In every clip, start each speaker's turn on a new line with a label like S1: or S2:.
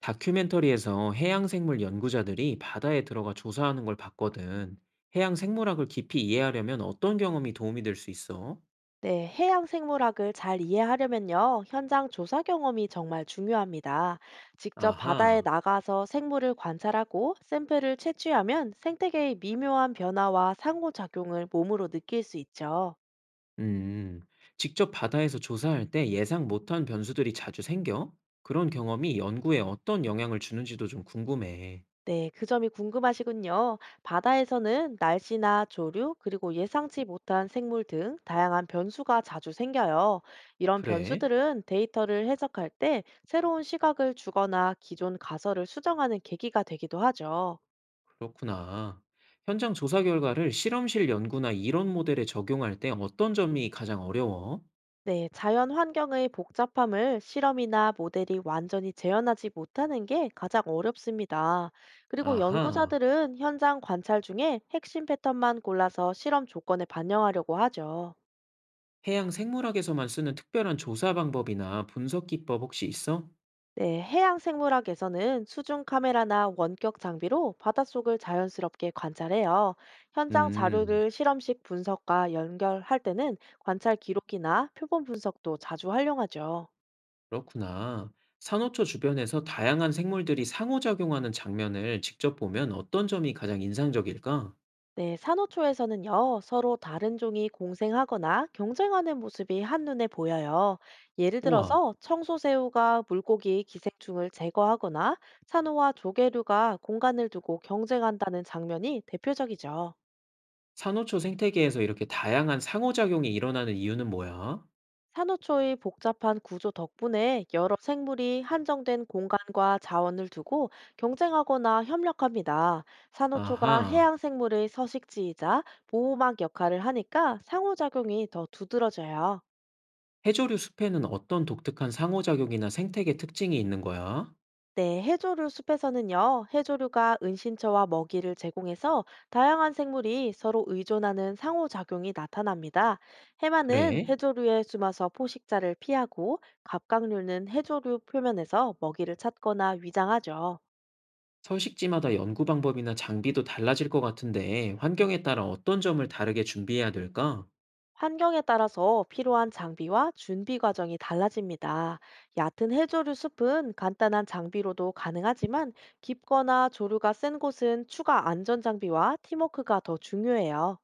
S1: 다큐멘터리에서 해양생물 연구자들이 바다에 들어가 조사하는 걸 봤거든. 해양생물학을 깊이 이해하려면 어떤 경험이 도움이 될 수 있어?
S2: 네, 해양 생물학을 잘 이해하려면요, 현장 조사 경험이 정말 중요합니다. 직접 바다에
S1: 아하,
S2: 나가서 생물을 관찰하고 샘플을 채취하면 생태계의 미묘한 변화와 상호작용을 몸으로 느낄 수 있죠.
S1: 음, 직접 바다에서 조사할 때 예상 못한 변수들이 자주 생겨? 그런 경험이 연구에 어떤 영향을 주는지도 좀 궁금해.
S2: 네, 그 점이 궁금하시군요. 바다에서는 날씨나 조류, 그리고 예상치 못한 생물 등 다양한 변수가 자주 생겨요. 이런
S1: 그래?
S2: 변수들은 데이터를 해석할 때 새로운 시각을 주거나 기존 가설을 수정하는 계기가 되기도 하죠.
S1: 그렇구나. 현장 조사 결과를 실험실 연구나 이론 모델에 적용할 때 어떤 점이 가장 어려워?
S2: 네, 자연 환경의 복잡함을 실험이나 모델이 완전히 재현하지 못하는 게 가장 어렵습니다. 그리고
S1: 아하.
S2: 연구자들은 현장 관찰 중에 핵심 패턴만 골라서 실험 조건에 반영하려고 하죠.
S1: 해양 생물학에서만 쓰는 특별한 조사 방법이나 분석 기법 혹시 있어?
S2: 네, 해양 생물학에서는 수중 카메라나 원격 장비로 바닷속을 자연스럽게 관찰해요. 현장
S1: 음,
S2: 자료를 실험식 분석과 연결할 때는 관찰 기록이나 표본 분석도 자주 활용하죠.
S1: 그렇구나. 산호초 주변에서 다양한 생물들이 상호작용하는 장면을 직접 보면 어떤 점이 가장 인상적일까?
S2: 네, 산호초에서는요, 서로 다른 종이 공생하거나 경쟁하는 모습이 한눈에 보여요. 예를
S1: 우와,
S2: 들어서 청소새우가 물고기 기생충을 제거하거나 산호와 조개류가 공간을 두고 경쟁한다는 장면이 대표적이죠.
S1: 산호초 생태계에서 이렇게 다양한 상호작용이 일어나는 이유는 뭐야?
S2: 산호초의 복잡한 구조 덕분에 여러 생물이 한정된 공간과 자원을 두고 경쟁하거나 협력합니다. 산호초가
S1: 아하,
S2: 해양 생물의 서식지이자 보호막 역할을 하니까 상호작용이 더 두드러져요.
S1: 해조류 숲에는 어떤 독특한 상호작용이나 생태계 특징이 있는 거야?
S2: 네, 해조류 숲에서는요, 해조류가 은신처와 먹이를 제공해서 다양한 생물이 서로 의존하는 상호작용이 나타납니다. 해마는
S1: 그래?
S2: 해조류에 숨어서 포식자를 피하고, 갑각류는 해조류 표면에서 먹이를 찾거나 위장하죠.
S1: 서식지마다 연구 방법이나 장비도 달라질 것 같은데 환경에 따라 어떤 점을 다르게 준비해야 될까?
S2: 환경에 따라서 필요한 장비와 준비 과정이 달라집니다. 얕은 해조류 숲은 간단한 장비로도 가능하지만 깊거나 조류가 센 곳은 추가 안전 장비와 팀워크가 더 중요해요.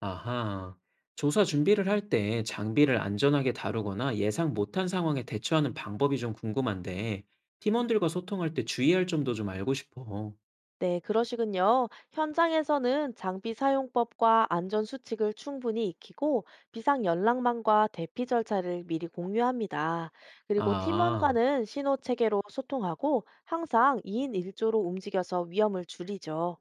S1: 아하. 조사 준비를 할 때 장비를 안전하게 다루거나 예상 못한 상황에 대처하는 방법이 좀 궁금한데 팀원들과 소통할 때 주의할 점도 좀 알고 싶어.
S2: 네, 그러시군요. 현장에서는 장비 사용법과 안전 수칙을 충분히 익히고 비상 연락망과 대피 절차를 미리 공유합니다. 그리고
S1: 아,
S2: 팀원과는 신호 체계로 소통하고 항상 2인 1조로 움직여서 위험을 줄이죠.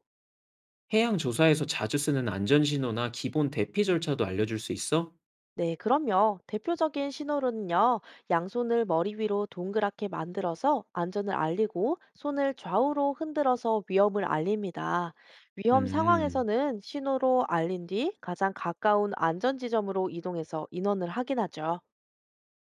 S1: 해양 조사에서 자주 쓰는 안전 신호나 기본 대피 절차도 알려줄 수 있어?
S2: 네, 그럼요. 대표적인 신호로는요, 양손을 머리 위로 동그랗게 만들어서 안전을 알리고, 손을 좌우로 흔들어서 위험을 알립니다. 위험
S1: 음.
S2: 상황에서는 신호로 알린 뒤 가장 가까운 안전 지점으로 이동해서 인원을 확인하죠.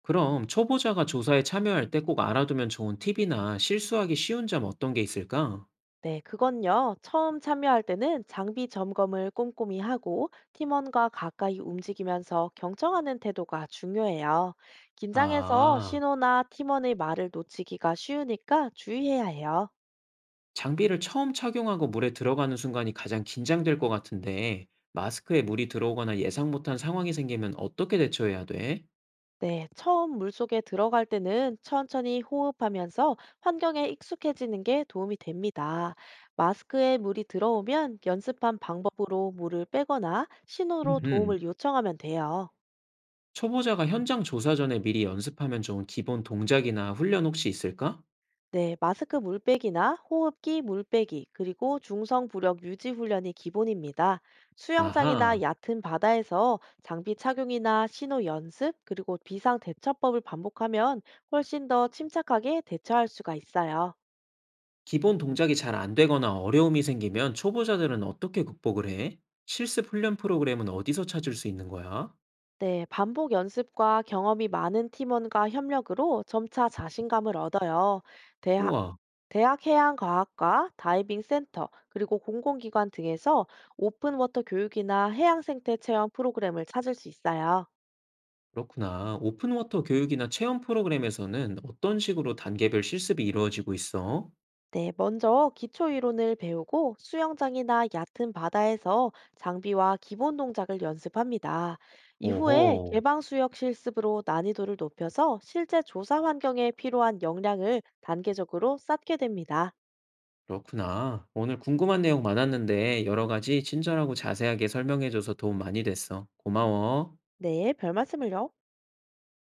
S1: 그럼 초보자가 조사에 참여할 때 꼭 알아두면 좋은 팁이나 실수하기 쉬운 점 어떤 게 있을까?
S2: 네, 그건요. 처음 참여할 때는 장비 점검을 꼼꼼히 하고 팀원과 가까이 움직이면서 경청하는 태도가 중요해요. 긴장해서
S1: 아.
S2: 신호나 팀원의 말을 놓치기가 쉬우니까 주의해야 해요.
S1: 장비를 처음 착용하고 물에 들어가는 순간이 가장 긴장될 것 같은데 마스크에 물이 들어오거나 예상 못한 상황이 생기면 어떻게 대처해야 돼?
S2: 네, 처음 물속에 들어갈 때는 천천히 호흡하면서 환경에 익숙해지는 게 도움이 됩니다. 마스크에 물이 들어오면 연습한 방법으로 물을 빼거나 신호로
S1: 음흠.
S2: 도움을 요청하면 돼요.
S1: 초보자가 현장 조사 전에 미리 연습하면 좋은 기본 동작이나 훈련 혹시 있을까?
S2: 네, 마스크 물빼기나 호흡기 물빼기, 그리고 중성 부력 유지 훈련이 기본입니다. 수영장이나
S1: 아하.
S2: 얕은 바다에서 장비 착용이나 신호 연습, 그리고 비상 대처법을 반복하면 훨씬 더 침착하게 대처할 수가 있어요.
S1: 기본 동작이 잘 안 되거나 어려움이 생기면 초보자들은 어떻게 극복을 해? 실습 훈련 프로그램은 어디서 찾을 수 있는 거야?
S2: 네, 반복 연습과 경험이 많은 팀원과 협력으로 점차 자신감을 얻어요. 대학,
S1: 우와.
S2: 대학 해양과학과, 다이빙 센터, 그리고 공공기관 등에서 오픈워터 교육이나 해양 생태 체험 프로그램을 찾을 수 있어요.
S1: 그렇구나. 오픈워터 교육이나 체험 프로그램에서는 어떤 식으로 단계별 실습이 이루어지고 있어?
S2: 네, 먼저 기초 이론을 배우고 수영장이나 얕은 바다에서 장비와 기본 동작을 연습합니다. 이후에
S1: 오호,
S2: 개방 수역 실습으로 난이도를 높여서 실제 조사 환경에 필요한 역량을 단계적으로 쌓게 됩니다.
S1: 그렇구나. 오늘 궁금한 내용 많았는데 여러 가지 친절하고 자세하게 설명해줘서 도움 많이 됐어. 고마워.
S2: 네, 별 말씀을요.